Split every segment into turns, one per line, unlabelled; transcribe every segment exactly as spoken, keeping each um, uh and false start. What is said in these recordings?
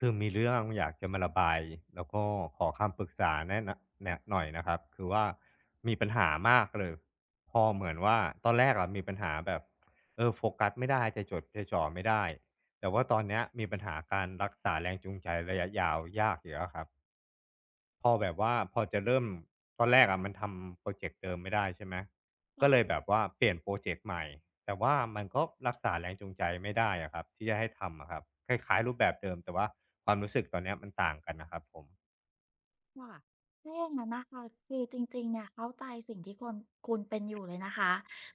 คือมีเรื่องอยากจะมาระบายแล้วก็ขอคำปรึกษาแนะนะแนะหน่อยนะครับคือว่ามีปัญหามากเลยพอเหมือนว่าตอนแรกอะมีปัญหาแบบเออโฟกัสไม่ได้จะจดจะจ่อไม่ได้แต่ว่าตอนเนี้ยมีปัญหาการรักษาแรงจูงใจระยะยาวยากอยู่แล้วครับ พอแบบว่าพอจะเริ่มตอนแรกอะมันทำโปรเจกต์เดิมไม่ได้ใช่ไหมก็เลยแบบว่าเปลี่ยนโปรเจกต์ใหม่แต่ว่ามันก็รักษาแรงจูงใจไม่ได้อะครับที่จะให้ทำอะครับคล้ายๆรูปแบบเดิมแต่ว่าความรู้สึกตอนเนี้ยมันต่างกันนะครับผม
ค่ะถ้าอย่างนั้นนะคะคือจริงๆเนี่ยเข้าใจสิ่งที่คนคุณเป็นอยู่เลยนะคะ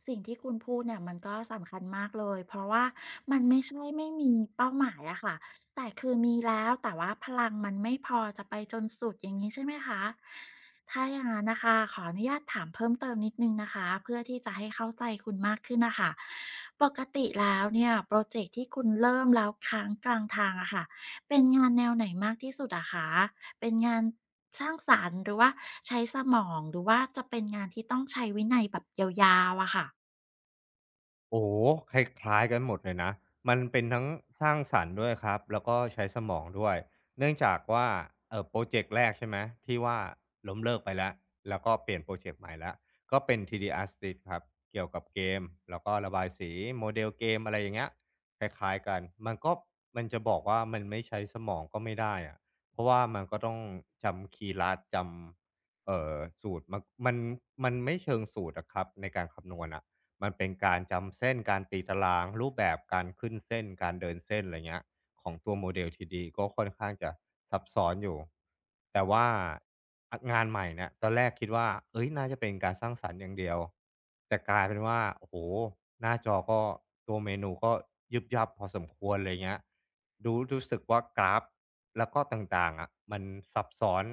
สิ่งที่คุณพูดเนี่ยมันก็สำคัญมากเลยเพราะว่ามันไม่ใช่ไม่มีเป้าหมายอะค่ะแต่คือมีแล้วแต่ว่าพลังมันไม่พอจะไปจนสุดอย่างนี้ใช่ไหมคะถ้าอย่างนั้นนะคะขออนุญาตถามเพิ่มเติมนิดนึงนะคะเพื่อที่จะให้เข้าใจคุณมากขึ้นนะคะปกติแล้วเนี่ยโปรเจกต์ที่คุณเริ่มแล้วค้างกลางทางอะค่ะเป็นงานแนวไหนมากที่สุดอะคะ เป็นงานสร้างสรรค์หรือว่าใช้สมองหรือว่าจะเป็นงานที่ต้องใช้วินัยแบบยาวๆอะค่ะ
โอ้โฮคล้ายๆกันหมดเลยนะมันเป็นทั้งสร้างสรรค์ด้วยครับแล้วก็ใช้สมองด้วยเนื่องจากว่าเออโปรเจกต์แรกใช่ไหมที่ว่าล้มเลิกไปแล้วแล้วก็เปลี่ยนโปรเจกต์ใหม่แล้วก็เป็น t d Artist ครับเกี่ยวกับเกมแล้วก็ระบายสีโมเดลเกมอะไรอย่างเงี้ยคล้ายๆกันมันก็มันจะบอกว่ามันไม่ใช้สมองก็ไม่ได้อะเพราะว่ามันก็ต้องจำคีย์ลัดจำเอ่อสูตรมนมันมันไม่เชิงสูตรอะครับในการคำนวณอะ มันเป็นการจำเส้นการตีตารางรูปแบบการขึ้นเส้นการเดินเส้นอะไรเงี้ยของตัวโมเดลทีดีก็ค่อนข้างจะซับซ้อนอยู่แต่ว่าอะงานใหม่เนี่ยตอนแรกคิดว่าเฮ้ยน่าจะเป็นการสร้างสรรค์อย่างเดียวแต่กลายเป็นว่าโอ้โฮหน้าจอก็ตัวเมนูก็ยุบยับพอสมควรไรเงี้ยรูรู้สึกว่ากราฟแล้วก็ต่างๆอะมันซับซ้อน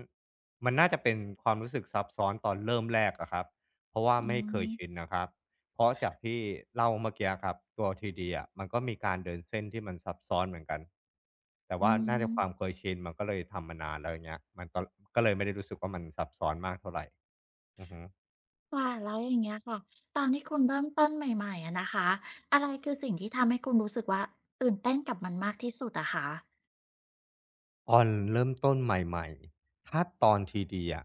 มันน่าจะเป็นความรู้สึกซับซ้อนตอนเริ่มแรกอะครับเพราะว่า
อื
ไม่เคยชิน
ม
น่ะครับ เพราะจากที่เล่าเมื่อกี้ครับตัวทีดีอะมันก็มีการเดินเส้นที่มันซับซ้อนเหมือนกันแต่
อื
ว่าน่าจะความ
ม
เคยชินมันก็เลยทำมานานแล้วอย่างเงี้ยมันก็ก็เลยไม่ได้รู้สึกว่ามันซับซ้อนมากเท่าไหรอือฮึ
ค่ะแล้วอย่างเงี้ยค่ะตอนที่คุณเริ่มต้นใหม่ๆอะนะคะอะไรคือสิ่งที่ทำให้คุณรู้สึกว่าตื่นเต้นกับมันมากที่สุดอะคะ
ตอนเริ่มต้นใหม่ๆ ถ้าตอนทีดีอะ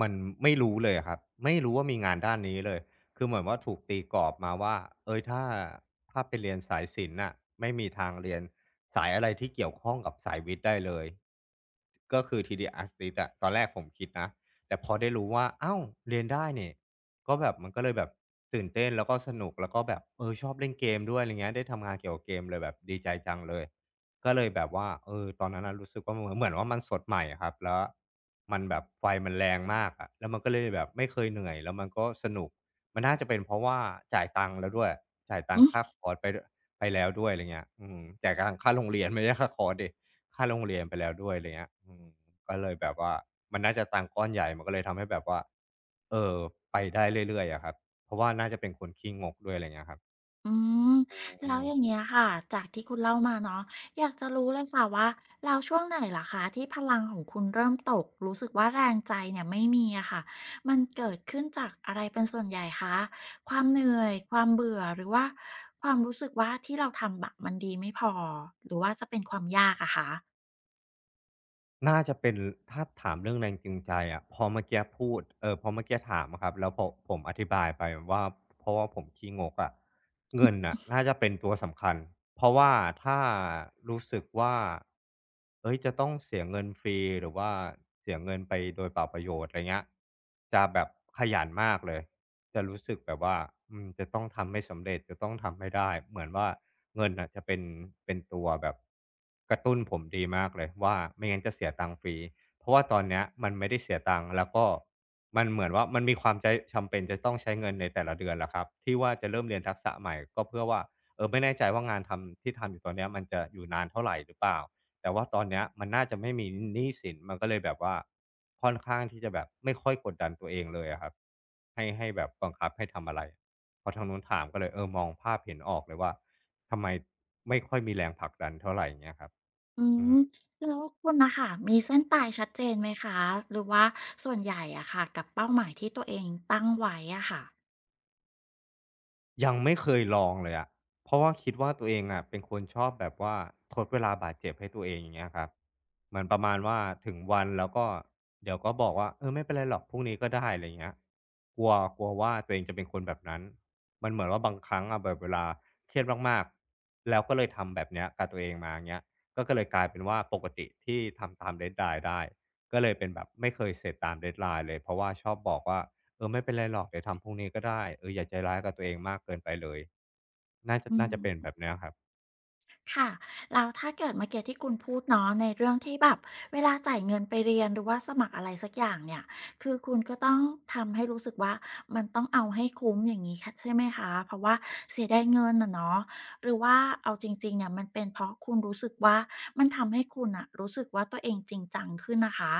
มันไม่รู้เลยอะครับไม่รู้ว่ามีงานด้านนี้เลยคือเหมือนว่าถูกตีกรอบมาว่าเฮ้ยถ้าถ้าไปเรียนสายศิลป์น่ะไม่มีทางเรียนสายอะไรที่เกี่ยวข้องกับสายวิทย์ได้เลยก็คือทีดีอาร์ติ i ต์อะตอนแรกผมคิดนะแต่พอได้รู้ว่าอ้าวเรียนได้นี่ก็แบบมันก็เลยแบบตื่นเต้นแล้วก็สนุกแล้วก็แบบเออชอบเล่นเกมด้วยอะไรเงี้ยได้ทำงานเกี่ยวกับเกมเลยแบบดีใจจังเลย ก็เลยแบบว่าเออตอนนั้นน่ะรู้สึกว่าเหมือนเหมือนว่ามันสดใหม่อะครับแล้วมันแบบไฟมันแรงมากอะแล้วมันก็เลยแบบไม่เคยเหนื่อย แล้วมันก็สนุก มันน่าจะเป็นเพราะว่าจ่ายตังค์แล้วด้วยจ่ายตังค่าคอร์สไปด้วยไปแล้วด้วยไรเงี้ยอืมจ่ายตังค่าโรงเรียนไม่ใช่ค่าคอร์สดิค่าโรงเรียนไปแล้วด้วยไรเงี้ยอืมก็เลยแบบว่ามันน่าจะตังค์ก้อนใหญ่มันก็เลยทำให้แบบว่าเอ่อไปได้เรื่อยๆอะครับเพราะว่าน่าจะเป็นคนขี้งกด้วยไรเงี้ยครับ
อืม
อื
แล้ว
ม
อย่างเงี้ยค่ะจากที่คุณเล่ามาเนาะอยากจะรู้เลยค่ะว่าแล้วช่วงไหนเหรอคะที่พลังของคุณเริ่มตกรู้สึกว่าแรงใจเนี่ยไม่มีอะค่ะมันเกิดขึ้นจากอะไรเป็นส่วนใหญ่คะความเหนื่อยความเบื่อหรือว่าความรู้สึกว่าที่เราทำแบบมันดีไม่พอหรือว่าจะเป็นความยากอะคะ
น่าจะเป็นถ้าถามเรื่องแรงจูงใจอะพอเมื่อกี้พูดเอ่อพอเมื่อกี้ถามอะครับแล้วพอผมอธิบายไปว่าเพราะว่าผมขี้งกอะเงินน่ะน่าจะเป็นตัวสำคัญเพราะว่าถ้ารู้สึกว่าเฮ้ยจะต้องเสียเงินฟรีหรือว่าเสียเงินไปโดยเปล่าประโยชน์อะไรเงี้ยจะแบบขยันมากเลย จะรู้สึกแบบว่าอืมจะต้องทำให้สำเร็จจะต้องทำให้ได้เหมือนว่าเงินน่ะจะเป็นเป็นตัวแบบกระตุ้นผมดีมากเลยว่าไม่งั้นจะเสียตังค์ฟรีเพราะว่าตอนเนี้ยมันไม่ได้เสียตังค์แล้วก็มันเหมือนว่ามันมีความใจจำเป็นจะต้องใช้เงินในแต่ละเดือนแหละครับที่ว่าจะเริ่มเรียนทักษะใหม่ก็เพื่อว่าเออไม่แน่ใจว่างานทำที่ทำอยู่ตอนเนี้ยมันจะอยู่นานเท่าไรหรือเปล่า แต่ว่าตอนเนี้ยมันน่าจะไม่มีหนี้สินมันก็เลยแบบว่าค่อนข้างที่จะแบบไม่ค่อยกดดันตัวเองเลยอะครับให้ให้แบบบังคับให้ทำอะไรพอทางนู้นถามก็เลยเออมองภาพเห็นออกเลยว่าทำไมไม่ค่อยมีแรงผลักดันเท่าไหรเงี้ยครับ
อื
อื
มแล้วคุณนะคะมีเส้นตายชัดเจนไหมคะหรือว่าส่วนใหญ่อะค่ะกับเป้าหมายที่ตัวเองตั้งไว้อะค่ะ
ยังไม่เคยลองเลยอะเพราะว่าคิดว่าตัวเองอะเป็นคนชอบแบบว่าทดเวลาบาดเจ็บให้ตัวเองอย่างเงี้ยครับเหมือนประมาณว่าถึงวันแล้วก็เดี๋ยวก็บอกว่าเออไม่เป็นไรหรอกพรุ่งนี้ก็ได้อะไรเงี้ยกลัวกลัวว่าตัวเองจะเป็นคนแบบนั้นมันเหมือนว่าบางครั้งอะแบบเวลาเครียดมากๆแล้วก็เลยทำแบบเนี้ยกับตัวเองมาเงี้ยก็ก็เลยกลายเป็นว่าปกติที่ทำตาม deadline ได้ก็เลยเป็นแบบไม่เคยเสร็จตาม deadline เลยเพราะว่าชอบบอกว่า เออไม่เป็นไรหรอกเดี๋ยวทำพรุ่งนี้ก็ได้เอออย่าใจร้ายกับตัวเองมากเกินไปเลยน่าจะ
อื
น่าจะเป็น
ม
แบบเนี้ยครับ
ค่ะแล้วถ้าเกิดเมื่อกี้ที่คุณพูดเนาะในเรื่องที่แบบเวลาจ่ายเงินไปเรียนหรือว่าสมัครอะไรสักอย่างเนี่ยคือคุณก็ต้องทำให้รู้สึกว่ามันต้องเอาให้คุ้มอย่างนี้ค่ะใช่ไหมคะเพราะว่าเสียดายเงินอะเนาะหรือว่าเอาจริงๆเนี่ยมันเป็นเพราะคุณรู้สึกว่ามันทำให้คุณอะรู้สึกว่าตัวเองจริงจังขึ้นนะคะ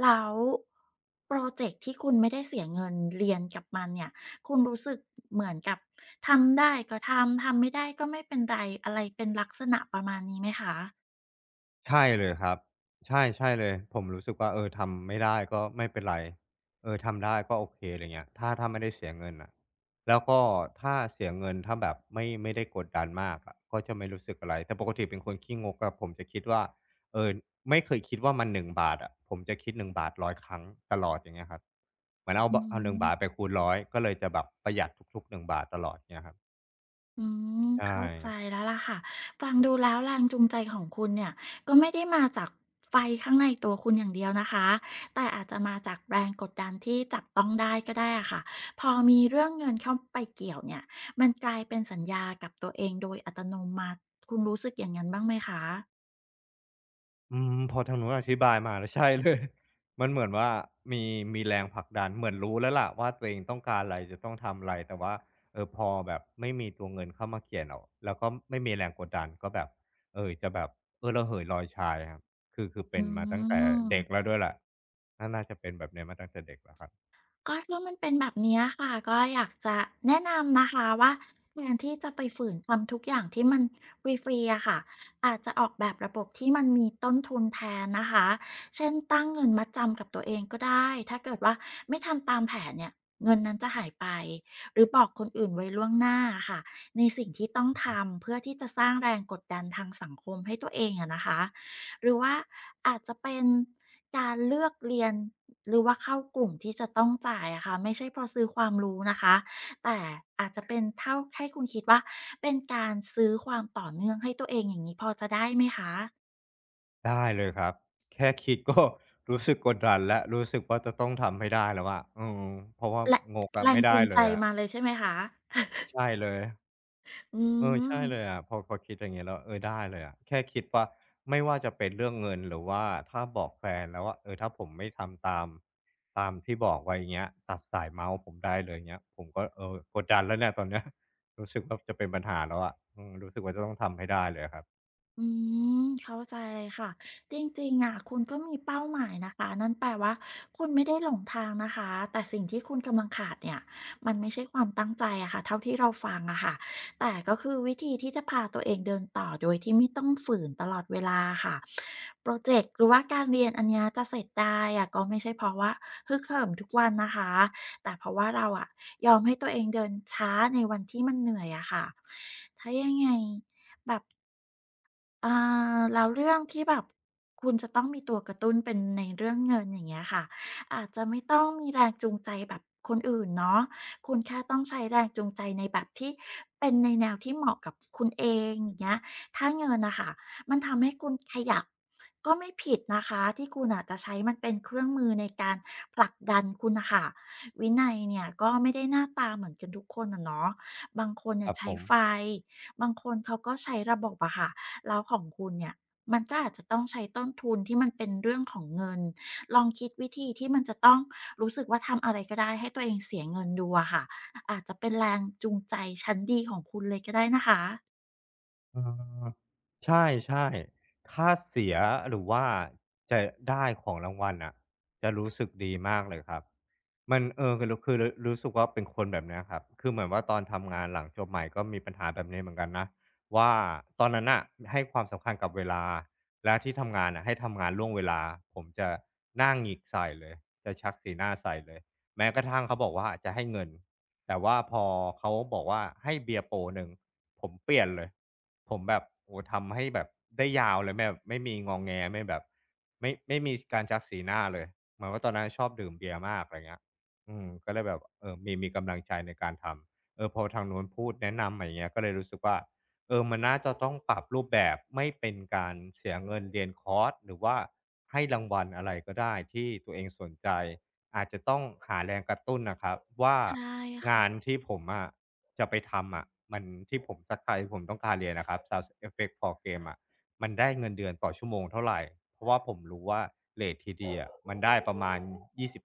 แล้วโปรเจกต์ที่คุณไม่ได้เสียเงินเรียนกับมันเนี่ยคุณรู้สึกเหมือนกับ ทำได้ก็ทำทำไม่ได้ก็ไม่เป็นไรอะไรเป็นลักษณะประมาณนี้ไหมคะ
ใช่เลยครับใช่ใช่เลยผมรู้สึกว่าเออทำไม่ได้ก็ไม่เป็นไรเออทำได้ก็โอเคอะไรเงี้ยถ้าถ้าไม่ได้เสียเงินน่ะแล้วก็ถ้าเสียเงินถ้าแบบไม่ไม่ได้กดดันมากอะก็จะไม่รู้สึกอะไรแต่ปกติเป็นคนขี้งกอะผมจะคิดว่าเออไม่เคยคิดว่ามันหนึ่งบาทอะผมจะคิดหนึ่งบาทร้ศูนย์ ศูนย์ครั้งตลอดอย่างเงี้ยครับเหมือนเอา
อื
บเอาหนึ่งบาทไป
ม
คูณร้ศูนย์ ศูนย์ก็เลยจะแบบประหยัดทุกๆหนึ่งบาทตลอดเงี้ยครับ
อืม
ใช่
เข้าใจแล้วล่ะค่ะฟังดูแล้วแรงจูงใจของคุณเนี่ยก็ไม่ได้มาจากไฟข้างในตัวคุณอย่างเดียวนะคะแต่อาจจะมาจากแรงกดดันที่จับต้องได้ก็ได้อะค่ะพอมีเรื่องเงินเข้าไปเกี่ยวเนี่ยมันกลายเป็นสัญญากับตัวเองโดยอัตโนมัติคุณรู้สึกอย่างงั้นบ้างไหมคะ
อืมพอทางนู้นอธิบายมาแล้ว ใช่เลยมันเหมือนว่ามีมีแรงผลักดันเหมือนรู้แล้วล่ะว่าตัวเองต้องการอะไรจะต้องทำอะไรแต่ว่าเออพอแบบไม่มีตัวเงินเข้ามาเกี่ยเนแล้วแล้วก็ไม่มีแรงกดดันก็แบบเออจะแบบเออระเหยลอยชายครับคือคือ
อื
เป็นมาตั้งแต่เด็กแล้
ม
วด้วยแหละน่าน่าจะเป็นแบบเนี้ยมาตั้งแต่เด็กแล้วครับ
ก็ถ้ามันเป็นแบบเนี้ยค่ะก็อยากจะแนะนำนะคะว่าแทนที่จะไปฝืนทำทุกอย่างที่มันฟรีๆอะค่ะอาจจะออกแบบระบบที่มันมีต้นทุนแทนนะคะเช่นตั้งเงินมัดจำกับตัวเองก็ได้ถ้าเกิดว่าไม่ทำตามแผนเนี่ยเงินนั้นจะหายไปหรือบอกคนอื่นไว้ล่วงหน้าค่ะในสิ่งที่ต้องทำเพื่อที่จะสร้างแรงกดดันทางสังคมให้ตัวเองอะนะคะ หรือว่าอาจจะเป็นการเลือกเรียนหรือว่าเข้ากลุ่มที่จะต้องจ่ายอะค่ะไม่ใช่เพราะซื้อความรู้นะคะแต่อาจจะเป็นเท่าให้คุณคิดว่าเป็นการซื้อความต่อเนื่องให้ตัวเองอย่างงี้พอจะได้ไหมคะ
ได้เลยครับแค่คิดก็รู้สึกกดดันแล้วรู้สึกว่าจะต้องทำให้ได้แล้วอะอืมเพราะว่า
แรง
งกอะ
แรง
ไม่
จู
ได้
ง
เล
ใจ
ยอะ
มาเลยใช่ไหมคะ
ใช่เลย
อื
เออใช่เลย
ม
อะพอพอคิดอย่างงี้แล้วเออได้เลยอะแค่คิดว่าไม่ว่าจะเป็นเรื่องเงินหรือว่าถ้าบอกแฟนแล้วว่าเออถ้าผมไม่ทำตามตามที่บอกไว้อย่างเงี้ยตัดสายเมาท์ผมได้เลยอย่างเงี้ยผมก็เออกดดันแล้วเนี่ยตอนเนี้ย รู้สึกว่าจะเป็นปัญหาแล้วอะอืมรู้สึกว่าจะต้องทำให้ได้เลยอะครับ
อืมเข้าใจเลยค่ะจริงๆอะคุณก็มีเป้าหมายนะคะนั่นแปลว่าคุณไม่ได้หลงทางนะคะแต่สิ่งที่คุณกำลังขาดเนี่ยมันไม่ใช่ความตั้งใจอะค่ะเท่าที่เราฟังอะค่ะแต่ก็คือวิธีที่จะพาตัวเองเดินต่อโดยที่ไม่ต้องฝืนตลอดเวลาค่ะพรอเจกต์หรือว่าการเรียนอันเนี้ยจะเสร็จได้อะก็ไม่ใช่เพราะว่าฮึกเหิมทุกวันนะคะแต่เพราะว่าเราอะยอมให้ตัวเองเดินช้าในวันที่มันเหนื่อยอะค่ะถ้ายังไงแบบ อ่าแล้วเรื่องที่แบบคุณจะต้องมีตัวกระตุ้นเป็นในเรื่องเงินอย่างเงี้ยค่ะอาจจะไม่ต้องมีแรงจูงใจแบบคนอื่นเนาะคุณแค่ต้องใช้แรงจูงใจในแบบที่เป็นในแนวที่เหมาะกับคุณเองอย่างเงี้ยถ้าเงินนะคะมันทำให้คุณขยับก็ไม่ผิดนะคะที่คุณอาจจะใช้มันเป็นเครื่องมือในการผลักดันคุณนะค่ะวินัยเนี่ยก็ไม่ได้หน้าตาเหมือนกันทุกคนนะเนาะบางคน
ค
เนี่ย
รับผ
ใช้
ม
ไฟบางคนเขาก็ใช้ระบบอะค่ะ แล้วของคุณเนี่ยมันก็อาจจะต้องใช้ต้นทุนที่มันเป็นเรื่องของเงินลองคิดวิธีที่มันจะต้องรู้สึกว่าทำอะไรก็ได้ให้ตัวเองเสียเงินดูอะค่ะอาจจะเป็นแรงจูงใจชั้นดีของคุณเลยก็ได้นะคะ
เออใช่ๆถ้าเสียหรือว่าจะได้ของรางวัลน่ะจะรู้สึกดีมากเลยครับมันเออคือรคือรรู้สึกว่าเป็นคนแบบเนี้ยครับคือเหมือนว่าตอนทำงานหลังจบใหม่ก็มีปัญหาแบบนี้เหมือนกันนะว่าตอนนั้นน่ะให้ความสำคัญกับเวลาและที่ทำงานน่ะให้ทำงานล่วงเวลาผมจะหน้าหงิกใส่เลยจะชักสีหน้าใส่เลยแม้กระทั่งเขาบอกว่าจะให้เงิน แต่ว่าพอเขาบอกว่าให้เบียร์โปรหนึ่งผมเปลี่ยนเลยผมแบบโอ้ทำให้แบบได้ยาวเลยแม่ไม่มีงอแงไม่แบบไม่ไม่มีการจักสีหน้าเลยเหมือนว่าตอนนั้นชอบดื่มเบียร์มากอะไรเงี้ยอืมก็เลยแบบเออมีมีกำลังใจในการทำเออพอทางนู้นพูดแนะนำมาอะไรเงี้ยก็เลยรู้สึกว่าเออมันน่าจะต้องปรับรูปแบบไม่เป็นการเสียเงินเรียนคอร์สหรือว่าให้รางวัลอะไรก็ได้ที่ตัวเองสนใจ อาจจะต้องหาแรงกระตุ้นนะครับว่า
ใช่
งานที่ผมอะจะไปทำอะมันที่ผมสักใทผมต้องการเรียนนะครับ Sound Effect for Game อะมันได้เงินเดือนต่อชั่วโมงเท่าไหร่เพราะว่าผมรู้ว่าเลตทีเดีอะมันได้ประมาณ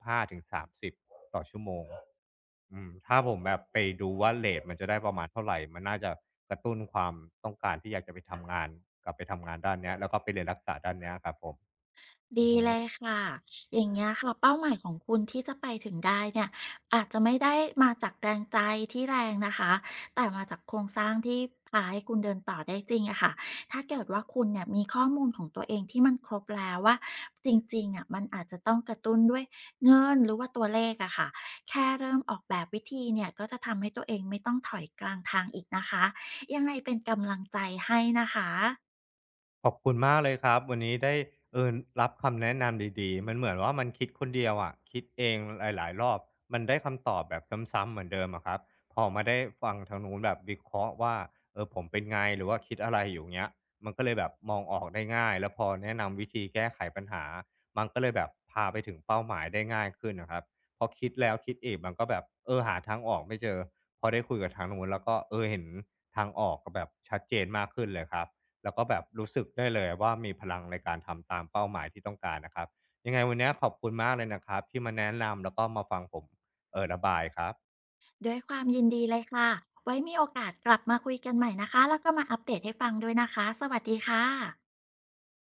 ยี่สิบห้าถึงสามสิบต่อชั่วโมงอืมถ้าผมแบบไปดูว่าเลทมันจะได้ประมาณเท่าไหรมันน่าจะกระตุ้นความต้องการที่อยากจะไปทำงานกลับไปทำงานด้านเนี้ยแล้วก็ไปเรียนรักษาด้านเนี้ยครับผมอือ
ดี
ฮึ
เลยค่ะอย่างเงี้ยค่ะเป้าหมายของคุณที่จะไปถึงได้เนี่ยอาจจะไม่ได้มาจากแรงใจที่แรงนะคะแต่มาจากโครงสร้างที่พาให้คุณเดินต่อได้จริงอะค่ะถ้าเกิดว่าคุณเนี่ยมีข้อมูลของตัวเองที่มันครบแล้วว่าจริงๆอะมันอาจจะต้องกระตุ้นด้วยเงินหรือว่าตัวเลขอะค่ะแค่เริ่มออกแบบวิธีเนี่ยก็จะทำให้ตัวเองไม่ต้องถอยกลางทางอีกนะคะยังไงเป็นกำลังใจให้นะคะ
ขอบคุณมากเลยครับวันนี้ได้เออรับคำแนะนำดีๆมันเหมือนว่ามันคิดคนเดียวอะคิดเองหลายๆรอบมันได้คำตอบแบบซ้ำๆเหมือนเดิมอะครับพอมาได้ฟังทางนู้นแบบวิเคราะห์ว่าเออผมเป็นไงหรือว่าคิดอะไรอยู่เงี้ยมันก็เลยแบบมองออกได้ง่ายแล้วพอแนะนำวิธีแก้ไขปัญหามันก็เลยแบบพาไปถึงเป้าหมายได้ง่ายขึ้นนะครับพอคิดแล้วคิดอีกมันก็แบบเออหาทางออกไม่เจอพอได้คุยกับทางนู้นแล้วก็เออเห็นทางออกก็แบบชัดเจนมากขึ้นเลยครับ แล้วก็แบบรู้สึกได้เลยว่ามีพลังในการทำตามเป้าหมายที่ต้องการนะครับยังไงวันนี้ขอบคุณมากเลยนะครับที่มาแนะนำแล้วก็มาฟังผมเอ่อระบายครับ
ด้วยความยินดีเลยค่ะ ไว้มีโอกาสกลับมาคุยกันใหม่นะคะ แล้วก็มาอัปเดตให้ฟังด้วยนะคะ สวัสดีค่ะ